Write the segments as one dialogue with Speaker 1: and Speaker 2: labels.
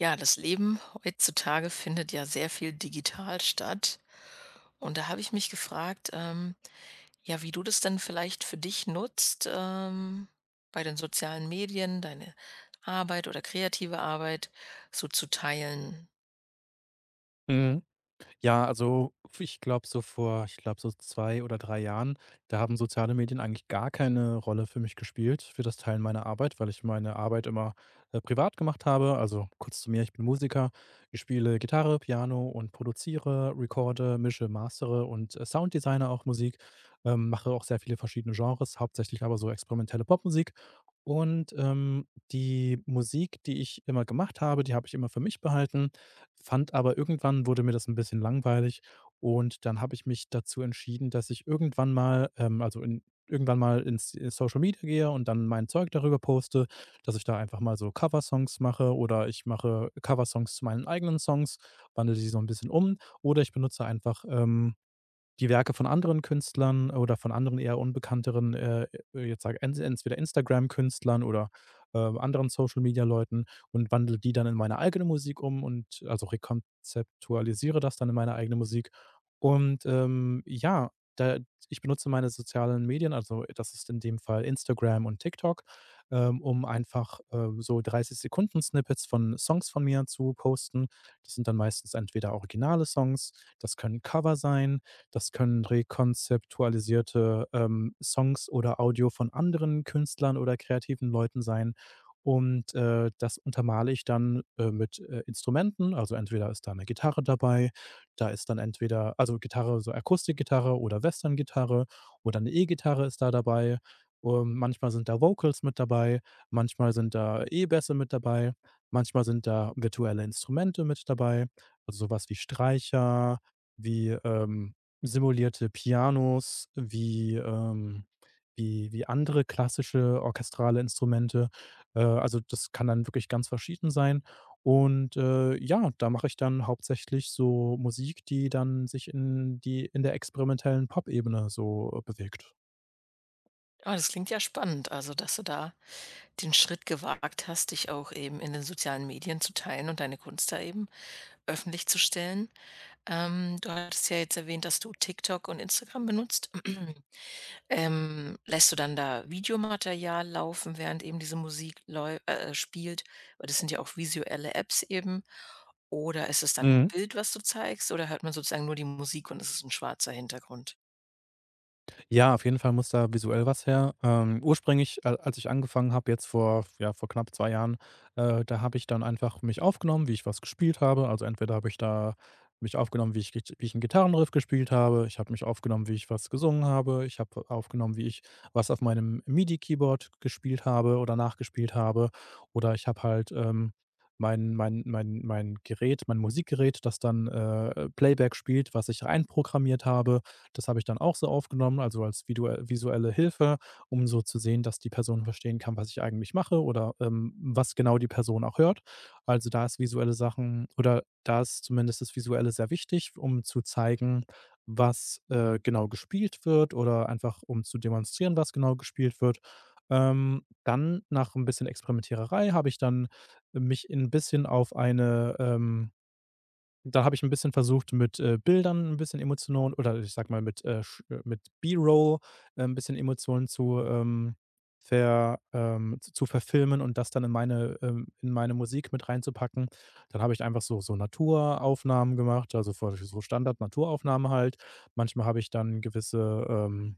Speaker 1: Ja, das Leben heutzutage findet ja sehr viel digital statt. Und da habe ich mich gefragt, ja, wie du das denn vielleicht für dich nutzt, bei den sozialen Medien, deine Arbeit oder kreative Arbeit so zu teilen.
Speaker 2: Mhm. Ja, also ich glaube, so vor, ich glaube, so 2 oder 3 Jahren, da haben soziale Medien eigentlich gar keine Rolle für mich gespielt, für das Teilen meiner Arbeit, weil ich meine Arbeit immer, privat gemacht habe. Also kurz zu mir, ich bin Musiker, ich spiele Gitarre, Piano und produziere, recorde, mische, mastere und, Sounddesigner auch Musik, mache auch sehr viele verschiedene Genres, hauptsächlich aber so experimentelle Popmusik. Und, ähm, Die Musik, die ich immer gemacht habe, die habe ich immer für mich behalten. Fand aber irgendwann wurde mir das ein bisschen langweilig, und dann habe ich mich dazu entschieden, dass ich irgendwann mal ins Social Media gehe und dann mein Zeug darüber poste, dass ich da einfach mal so Coversongs mache, oder ich mache Coversongs zu meinen eigenen Songs, wandle die so ein bisschen um, oder ich benutze einfach, die Werke von anderen Künstlern oder von anderen eher unbekannteren, jetzt sage entweder Instagram-Künstlern oder, anderen Social-Media-Leuten, und wandle die dann in meine eigene Musik um und rekonzeptualisiere das dann in meine eigene Musik. Und, ja, da Ich benutze meine sozialen Medien, also das ist in dem Fall Instagram und TikTok, um einfach, so 30 Sekunden Snippets von Songs von mir zu posten. Das sind dann meistens entweder originale Songs, das können Cover sein, das können rekonzeptualisierte, Songs oder Audio von anderen Künstlern oder kreativen Leuten sein. Und, das untermale ich dann, mit, Instrumenten. Also, entweder ist da eine Gitarre dabei, da ist dann entweder Gitarre, so Akustikgitarre oder Westerngitarre oder eine E-Gitarre ist da dabei. Manchmal sind da Vocals mit dabei, manchmal sind da E-Bässe mit dabei, manchmal sind da virtuelle Instrumente mit dabei, also sowas wie Streicher, wie, simulierte Pianos, wie andere klassische orchestrale Instrumente. Also, das kann dann wirklich ganz verschieden sein. Und, ja, da mache ich dann hauptsächlich so Musik, die dann sich in der experimentellen Pop-Ebene so bewegt.
Speaker 1: Ah, das klingt ja spannend, also dass du da den Schritt gewagt hast, dich auch eben in den sozialen Medien zu teilen und deine Kunst da eben öffentlich zu stellen. Du hattest ja jetzt erwähnt, dass du TikTok und Instagram benutzt. Lässt du dann da Videomaterial laufen, während eben diese Musik läu spielt? Weil das sind ja auch visuelle Apps eben. Oder ist es dann ein
Speaker 2: Mhm.
Speaker 1: Bild, was du zeigst, oder hört man sozusagen nur die Musik und es ist ein schwarzer Hintergrund?
Speaker 2: Ja, auf jeden Fall muss da visuell was her. Ursprünglich, a als ich angefangen habe, jetzt vor ja, vor knapp 2 Jahren, da habe ich dann einfach mich aufgenommen, wie ich was gespielt habe. Also, entweder habe ich da mich aufgenommen, wie ich git wie ich einen Gitarrenriff gespielt habe. Ich habe mich aufgenommen, wie ich was gesungen habe. Ich habe aufgenommen, wie ich was auf meinem MIDI-Keyboard gespielt habe oder nachgespielt habe. Oder ich habe halt, mein Musikgerät, das dann, Playback spielt, was ich einprogrammiert habe. Das habe ich dann auch so aufgenommen, also als vidue visuelle Hilfe, um so zu sehen, dass die Person verstehen kann, was ich eigentlich mache oder, was genau die Person auch hört. Also, da ist visuelle Sachen oder da ist zumindest das Visuelle sehr wichtig, um zu zeigen, was, genau gespielt wird, oder einfach um zu demonstrieren, was genau gespielt wird. Dann nach ein bisschen Experimentiererei habe ich dann mich ein bisschen auf eine, da habe ich ein bisschen versucht, mit, Bildern ein bisschen Emotionen, oder ich sage mal, mit, sch mit B-Roll, 'n bisschen Emotionen zu, ver z zu verfilmen und das dann in meine Musik mit reinzupacken. Dann habe ich einfach so so Naturaufnahmen gemacht, also, vor so Standard-Naturaufnahmen halt. Manchmal habe ich dann gewisse, ähm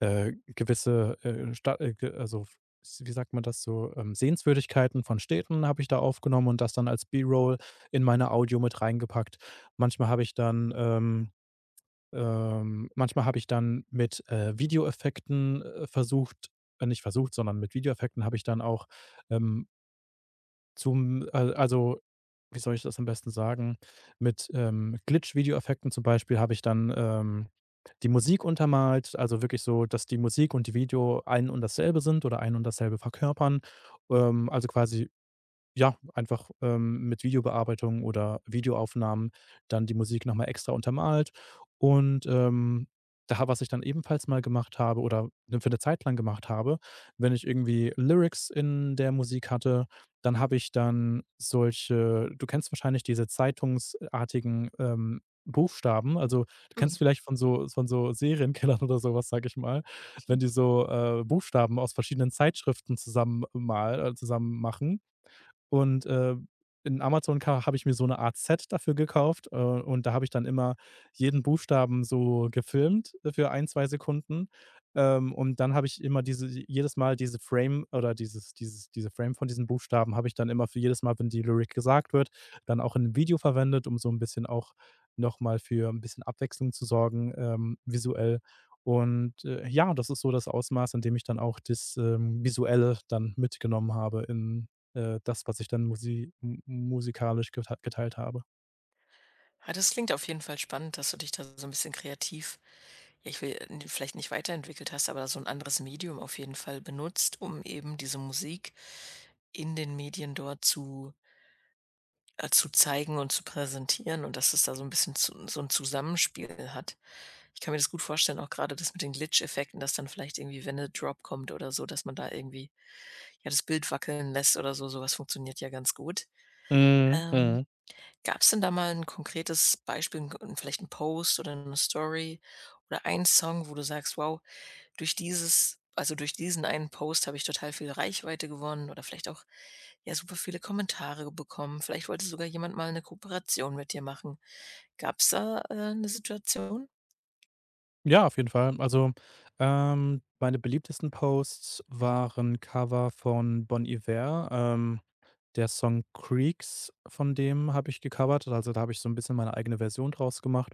Speaker 2: äh, gewisse, Sta ge also, s wie sagt man das so, Sehenswürdigkeiten von Städten habe ich da aufgenommen und das dann als B-Roll in meine Audio mit reingepackt. Manchmal habe ich dann, manchmal habe ich dann mit, Videoeffekten, versucht nicht versucht, sondern mit Videoeffekten habe ich dann auch, ähm, zum al also, wie soll ich das am besten sagen? Mit, Glitch-Videoeffekten zum Beispiel habe ich dann, die Musik untermalt, also wirklich so, dass die Musik und die Video ein und dasselbe sind oder ein und dasselbe verkörpern. Also quasi ja, einfach, mit Videobearbeitung oder Videoaufnahmen dann die Musik noch mal extra untermalt. Und, da was ich dann ebenfalls mal gemacht habe, oder, ne, für eine Zeit lang gemacht habe, wenn ich irgendwie Lyrics in der Musik hatte, dann habe ich dann solche, du kennst wahrscheinlich diese zeitungsartigen, Buchstaben. Also, du kennst
Speaker 1: Mhm.
Speaker 2: vielleicht von so, von so Serienkillern oder sowas was, sage ich mal, wenn die so, Buchstaben aus verschiedenen Zeitschriften zusammen machen. Und, In Amazon ka habe ich mir so eine Art Set dafür gekauft, und da habe ich dann immer jeden Buchstaben so gefilmt, für ein 2 Sekunden. Und dann habe ich immer diese jedes Mal diese Frame oder dieses dieses diese Frame von diesen Buchstaben habe ich dann immer für jedes Mal, wenn die Lyric gesagt wird, dann auch in 'nem Video verwendet, um so ein bisschen auch noch mal für ein bisschen Abwechslung zu sorgen, visuell. Und, ja, das ist so das Ausmaß, in dem ich dann auch das, Visuelle dann mitgenommen habe in das, was ich dann musikalisch geteilt habe.
Speaker 1: Ah, das klingt auf jeden Fall spannend, dass du dich da so ein bisschen kreativ ja, ich will n vielleicht nicht weiterentwickelt hast, aber so ein anderes Medium auf jeden Fall benutzt, um eben diese Musik in den Medien dort zu zeigen und zu präsentieren und dass es da so ein bisschen zu so ein Zusammenspiel hat. Ich kann mir das gut vorstellen, auch gerade das mit den Glitch-Effekten, dass dann vielleicht irgendwie, wenn 'ne Drop kommt oder so, dass man da irgendwie, ja, das Bild wackeln lässt oder so. So was funktioniert ja ganz gut.
Speaker 2: Mhm,
Speaker 1: Ähm,
Speaker 2: mhm.
Speaker 1: Gab's denn da mal 'n konkretes Beispiel, 'n und vielleicht 'n Post oder 'ne Story oder einen Song, wo du sagst: „Wow, durch dieses also, durch diesen einen Post habe ich total viel Reichweite gewonnen“, oder vielleicht auch, ja, super viele Kommentare bekommen. Vielleicht wollte sogar jemand mal 'ne Kooperation mit dir machen. Gab's da, 'ne Situation?
Speaker 2: Ja, auf jeden Fall. Also, meine beliebtesten Posts waren Cover von Bon Iver. Der Song „Creeks“, von dem habe ich gecovert. Also, da habe ich so ein bisschen meine eigene Version draus gemacht.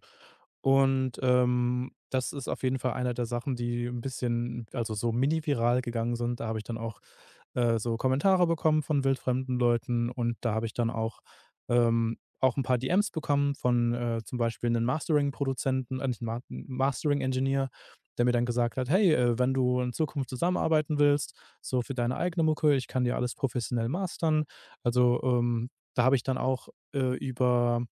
Speaker 2: Und, das ist auf jeden Fall einer der Sachen, die ein bisschen so mini-viral gegangen sind. Da habe ich dann auch, so Kommentare bekommen von wildfremden Leuten, und da habe ich dann auch, ähm auch ein paar DMs bekommen von, zum Beispiel einem Mastering-Produzenten, nicht Ma Mastering-Engineer, der mir dann gesagt hat: „Hey, wenn du in Zukunft zusammenarbeiten willst, so für deine eigene Mucke, ich kann dir alles professionell mastern.“ Also, da habe ich dann auch, äh, über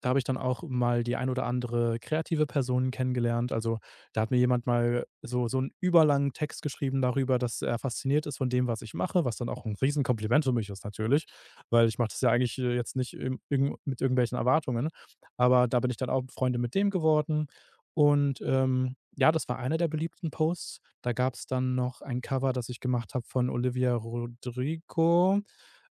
Speaker 2: da habe ich dann auch mal die ein oder andere kreative Person kennengelernt. Also, da hat mir jemand mal so so 'n überlangen Text geschrieben darüber, dass er fasziniert ist von dem, was ich mache, was dann auch 'n Riesenkompliment für mich ist natürlich, weil ich mache das ja eigentlich, jetzt nicht im irgend mit irgendwelchen Erwartungen. Aber da bin ich dann auch Freunde mit dem geworden. Und, ja, das war einer der beliebten Posts. Da gab es dann noch ein Cover, das ich gemacht habe von Olivia Rodrigo.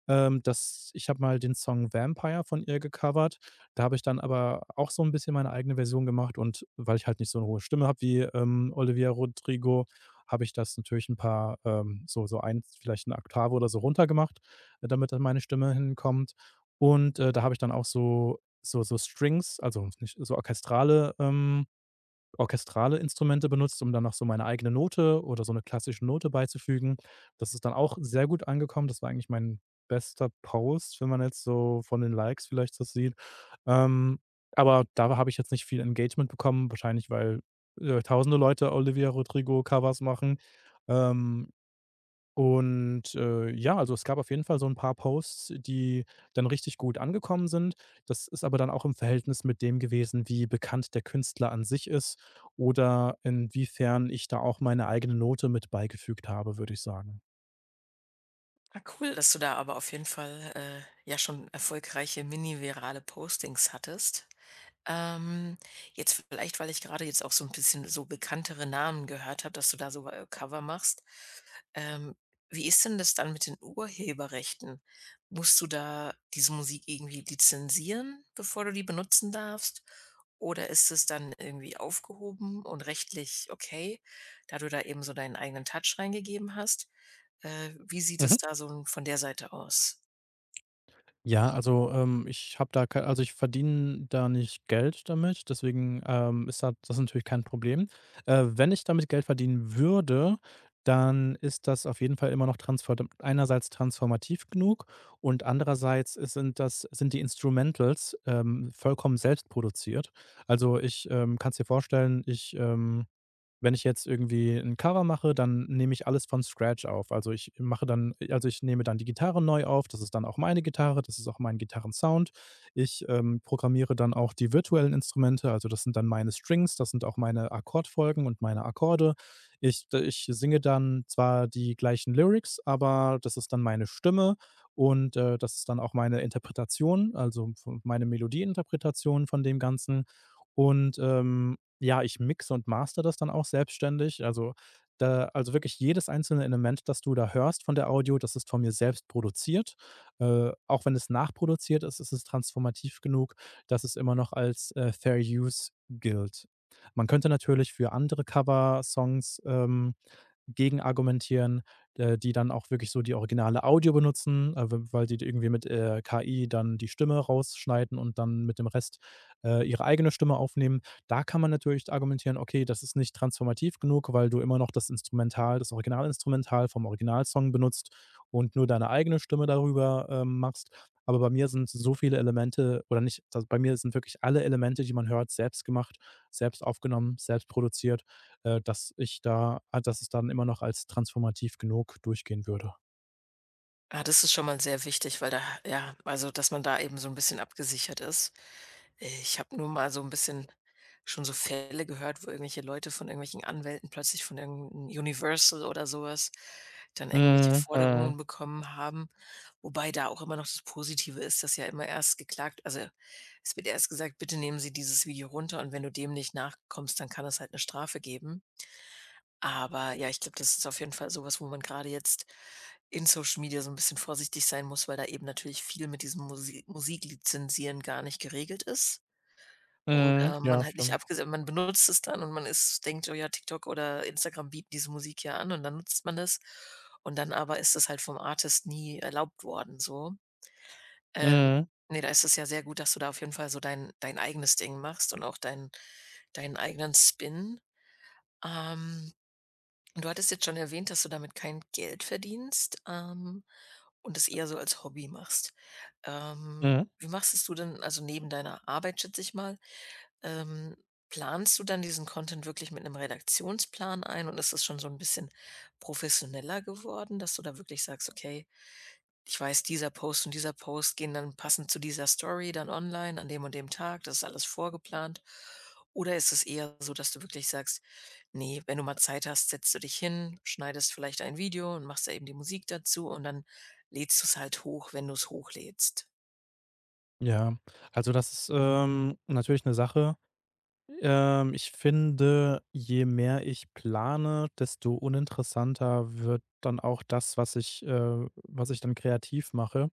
Speaker 2: Das Ich habe mal den Song „Vampire“ von ihr gecovert. Da habe ich dann aber auch so ein bisschen meine eigene Version gemacht, und weil ich halt nicht so eine hohe Stimme habe wie, Olivia Rodrigo, habe ich das natürlich ein paar, eins vielleicht eine Oktave oder so runtergemacht gemacht, damit dann meine Stimme hinkommt. Und, da habe ich dann auch so Strings, also nicht so orchestrale, orchestrale Instrumente benutzt, um dann noch so meine eigene Note oder so eine klassische Note beizufügen. Das ist dann auch sehr gut angekommen. Das war eigentlich mein bester Post, wenn man jetzt so von den Likes vielleicht das sieht. Ähm, aber da habe ich jetzt nicht viel Engagement bekommen, wahrscheinlich weil, tausende Leute Olivia Rodrigo Covers machen. Ähm und, ja, also, es gab auf jeden Fall so ein paar Posts, die dann richtig gut angekommen sind. Das ist aber dann auch im Verhältnis mit dem gewesen, wie bekannt der Künstler an sich ist oder inwiefern ich da auch meine eigene Note mit beigefügt habe, würde ich sagen.
Speaker 1: Ah, cool, dass du da aber auf jeden Fall, ja schon erfolgreiche mini-virale Postings hattest. Ähm, Jetzt vielleicht, weil ich gerade jetzt auch so ein bisschen so bekanntere Namen gehört habe, dass du da so Cover machst. Ähm, Wie ist denn das dann mit den Urheberrechten? Musst du da diese Musik irgendwie lizenzieren, bevor du die benutzen darfst? Oder ist es dann irgendwie aufgehoben und rechtlich okay, da du da eben so deinen eigenen Touch reingegeben hast? Wie sieht es
Speaker 2: Mhm.
Speaker 1: da so von der Seite aus?
Speaker 2: Ja, also, ich habe da kei also, ich verdiene da nicht Geld damit, deswegen, ist da das natürlich kein Problem. Wenn ich damit Geld verdienen würde, dann ist das auf jeden Fall immer noch transform einerseits transformativ genug, und andererseits ist sind das sind die Instrumentals, vollkommen selbst produziert. Also, ich, kann's dir vorstellen, ich, wenn ich jetzt irgendwie ein Cover mache, dann nehme ich alles von Scratch auf. Ich nehme dann die Gitarre neu auf. Das ist dann auch meine Gitarre, das ist auch mein Gitarrensound. Ich, programmiere dann auch die virtuellen Instrumente. Also, das sind dann meine Strings, das sind auch meine Akkordfolgen und meine Akkorde. Ich singe dann zwar die gleichen Lyrics, aber das ist dann meine Stimme, und, das ist dann auch meine Interpretation, also meine Melodieinterpretation von dem Ganzen. Und, ja, ich mixe und master das dann auch selbstständig. Wirklich jedes einzelne Element, das du da hörst von der Audio, das ist von mir selbst produziert. Auch wenn es nachproduziert ist, ist es transformativ genug, dass es immer noch als, Fair Use gilt. Man könnte natürlich für andere Cover-Songs, gegen argumentieren, die dann auch wirklich so die originale Audio benutzen, w weil die irgendwie mit, KI dann die Stimme rausschneiden und dann mit dem Rest, ihre eigene Stimme aufnehmen. Da kann man natürlich argumentieren: „Okay, das ist nicht transformativ genug, weil du immer noch das Originalinstrumental vom Originalsong benutzt und nur deine eigene Stimme darüber, machst.“ Aber bei mir sind so viele Elemente oder nicht also, bei mir sind wirklich alle Elemente, die man hört, selbst gemacht, selbst aufgenommen, selbst produziert, dass ich da ah, dass es dann immer noch als transformativ genug durchgehen würde.
Speaker 1: Ah, das ist schon mal sehr wichtig, weil da ja, also, dass man da eben so ein bisschen abgesichert ist. Ich habe nur mal so ein bisschen schon so Fälle gehört, wo irgendwelche Leute von irgendwelchen Anwälten plötzlich von irgend 'n Universal oder sowas dann irgendwelche
Speaker 2: Mhm, mhm,
Speaker 1: Forderungen bekommen haben, wobei da auch immer noch das Positive ist, dass ja immer erst geklagt also, es wird erst gesagt: „Bitte nehmen Sie dieses Video runter“, und wenn du dem nicht nachkommst, dann kann es halt eine Strafe geben. Aber ja, ich glaube, das ist auf jeden Fall sowas, wo man gerade jetzt in Social Media so ein bisschen vorsichtig sein muss, weil da eben natürlich viel mit diesem Musiklizenzieren gar nicht geregelt ist.
Speaker 2: mhm.
Speaker 1: Oder man
Speaker 2: Ja,
Speaker 1: halt nicht
Speaker 2: stimmt.
Speaker 1: abgese man benutzt es dann und man ist denkt: „Oh ja, TikTok oder Instagram bieten diese Musik ja an“, und dann nutzt man das. Und dann aber ist es halt vom Artist nie erlaubt worden so. Ähm,
Speaker 2: Mhm,
Speaker 1: ne, da ist es ja sehr gut, dass du da auf jeden Fall so dein eigenes Ding machst und auch deinen eigenen Spin. Ähm und du hattest jetzt schon erwähnt, dass du damit kein Geld verdienst, und es eher so als Hobby machst. Ähm,
Speaker 2: mhm.
Speaker 1: wie machst es du denn also neben deiner Arbeit, schätze ich mal, ähm, planst du dann diesen Content wirklich mit einem Redaktionsplan ein und ist es schon so ein bisschen professioneller geworden, dass du da wirklich sagst: „Okay, ich weiß, dieser Post und dieser Post gehen dann passend zu dieser Story dann online an dem und dem Tag“, das ist alles vorgeplant? Oder ist es eher so, dass du wirklich sagst: nee, wenn du mal Zeit hast, setzt du dich hin, schneidest vielleicht ein Video und machst da eben die Musik dazu und dann lädst du es halt hoch, wenn du es hochlädst.
Speaker 2: Ja, also das ist, natürlich eine Sache. Ich finde, je mehr ich plane, desto uninteressanter wird dann auch das, was ich dann kreativ mache.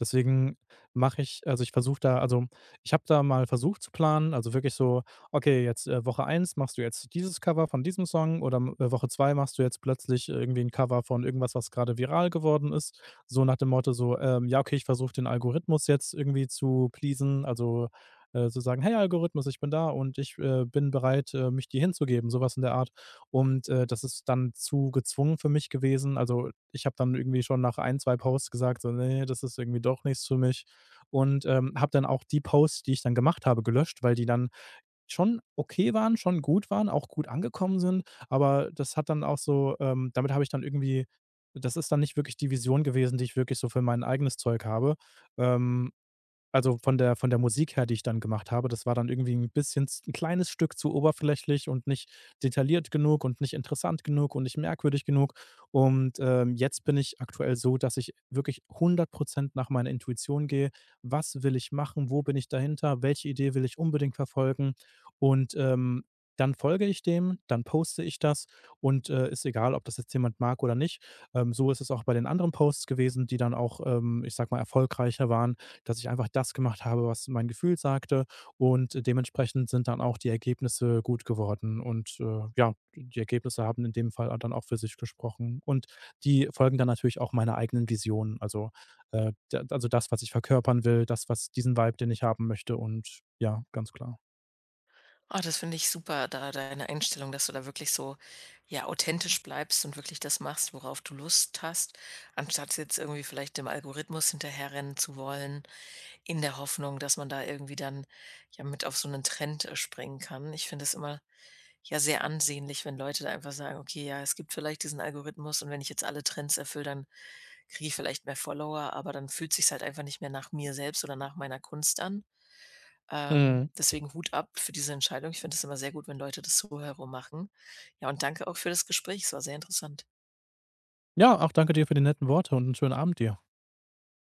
Speaker 2: Deswegen mache ich also, Ich versuche ich habe da mal versucht zu planen, also wirklich so: „Okay, jetzt, Woche eins machst du jetzt dieses Cover von diesem Song, oder m Woche 2 machst du jetzt plötzlich irgendwie ein Cover von irgendwas, was gerade viral geworden ist.“ So nach dem Motto so, ja, okay, ich versuche den Algorithmus jetzt irgendwie zu pleasen, zu sagen: „Hey Algorithmus, ich bin da und ich, bin bereit, mich dir hinzugeben“, sowas in der Art. Und, das ist dann zu gezwungen für mich gewesen. Also, ich habe dann irgendwie schon nach ein 2 Posts gesagt, so: „Nee, das ist irgendwie doch nichts für mich.“ Und, habe dann auch die Posts, die ich dann gemacht habe, gelöscht, weil die dann schon okay waren, schon gut waren, auch gut angekommen sind. Aber das hat dann auch so, damit habe ich dann irgendwie, das ist dann nicht wirklich die Vision gewesen, die ich wirklich so für mein eigenes Zeug habe. Ähm. Also, von der Musik her, die ich dann gemacht habe, das war dann irgendwie ein bisschen z 'n kleines Stück zu oberflächlich und nicht detailliert genug und nicht interessant genug und nicht merkwürdig genug. Und, jetzt bin ich aktuell so, dass ich wirklich 100% nach meiner Intuition gehe. Was will ich machen? Wo bin ich dahinter? Welche Idee will ich unbedingt verfolgen? Und, dann folge ich dem, dann poste ich das, und, ist egal, ob das jetzt jemand mag oder nicht. So ist es auch bei den anderen Posts gewesen, die dann auch, ich sag mal, erfolgreicher waren, dass ich einfach das gemacht habe, was mein Gefühl sagte, und dementsprechend sind dann auch die Ergebnisse gut geworden, und, ja, die Ergebnisse haben in dem Fall dann auch für sich gesprochen, und die folgen dann natürlich auch meiner eigenen Vision. Also, da also das, was ich verkörpern will, das, was diesen Vibe, den ich haben möchte, und ja, ganz klar.
Speaker 1: Ah, das finde ich super, da deine Einstellung, dass du da wirklich so, ja, authentisch bleibst und wirklich das machst, worauf du Lust hast, anstatt jetzt irgendwie vielleicht dem Algorithmus hinterherrennen zu wollen. In der Hoffnung, dass man da irgendwie dann, ja, mit auf so 'nen Trend, springen kann. Ich finde es immer, ja, sehr ansehnlich, wenn Leute da einfach sagen: „Okay, ja, es gibt vielleicht diesen Algorithmus und wenn ich jetzt alle Trends erfülle, dann kriege ich vielleicht mehr Follower, aber dann fühlt sich's halt einfach nicht mehr nach mir selbst oder nach meiner Kunst an.“
Speaker 2: Mhm.
Speaker 1: deswegen Hut ab für diese Entscheidung. Ich finde es immer sehr gut, wenn Leute das so herum machen. Ja, und danke auch für das Gespräch. Es war sehr interessant.
Speaker 2: Ja, auch danke dir für die netten Worte und einen schönen Abend dir.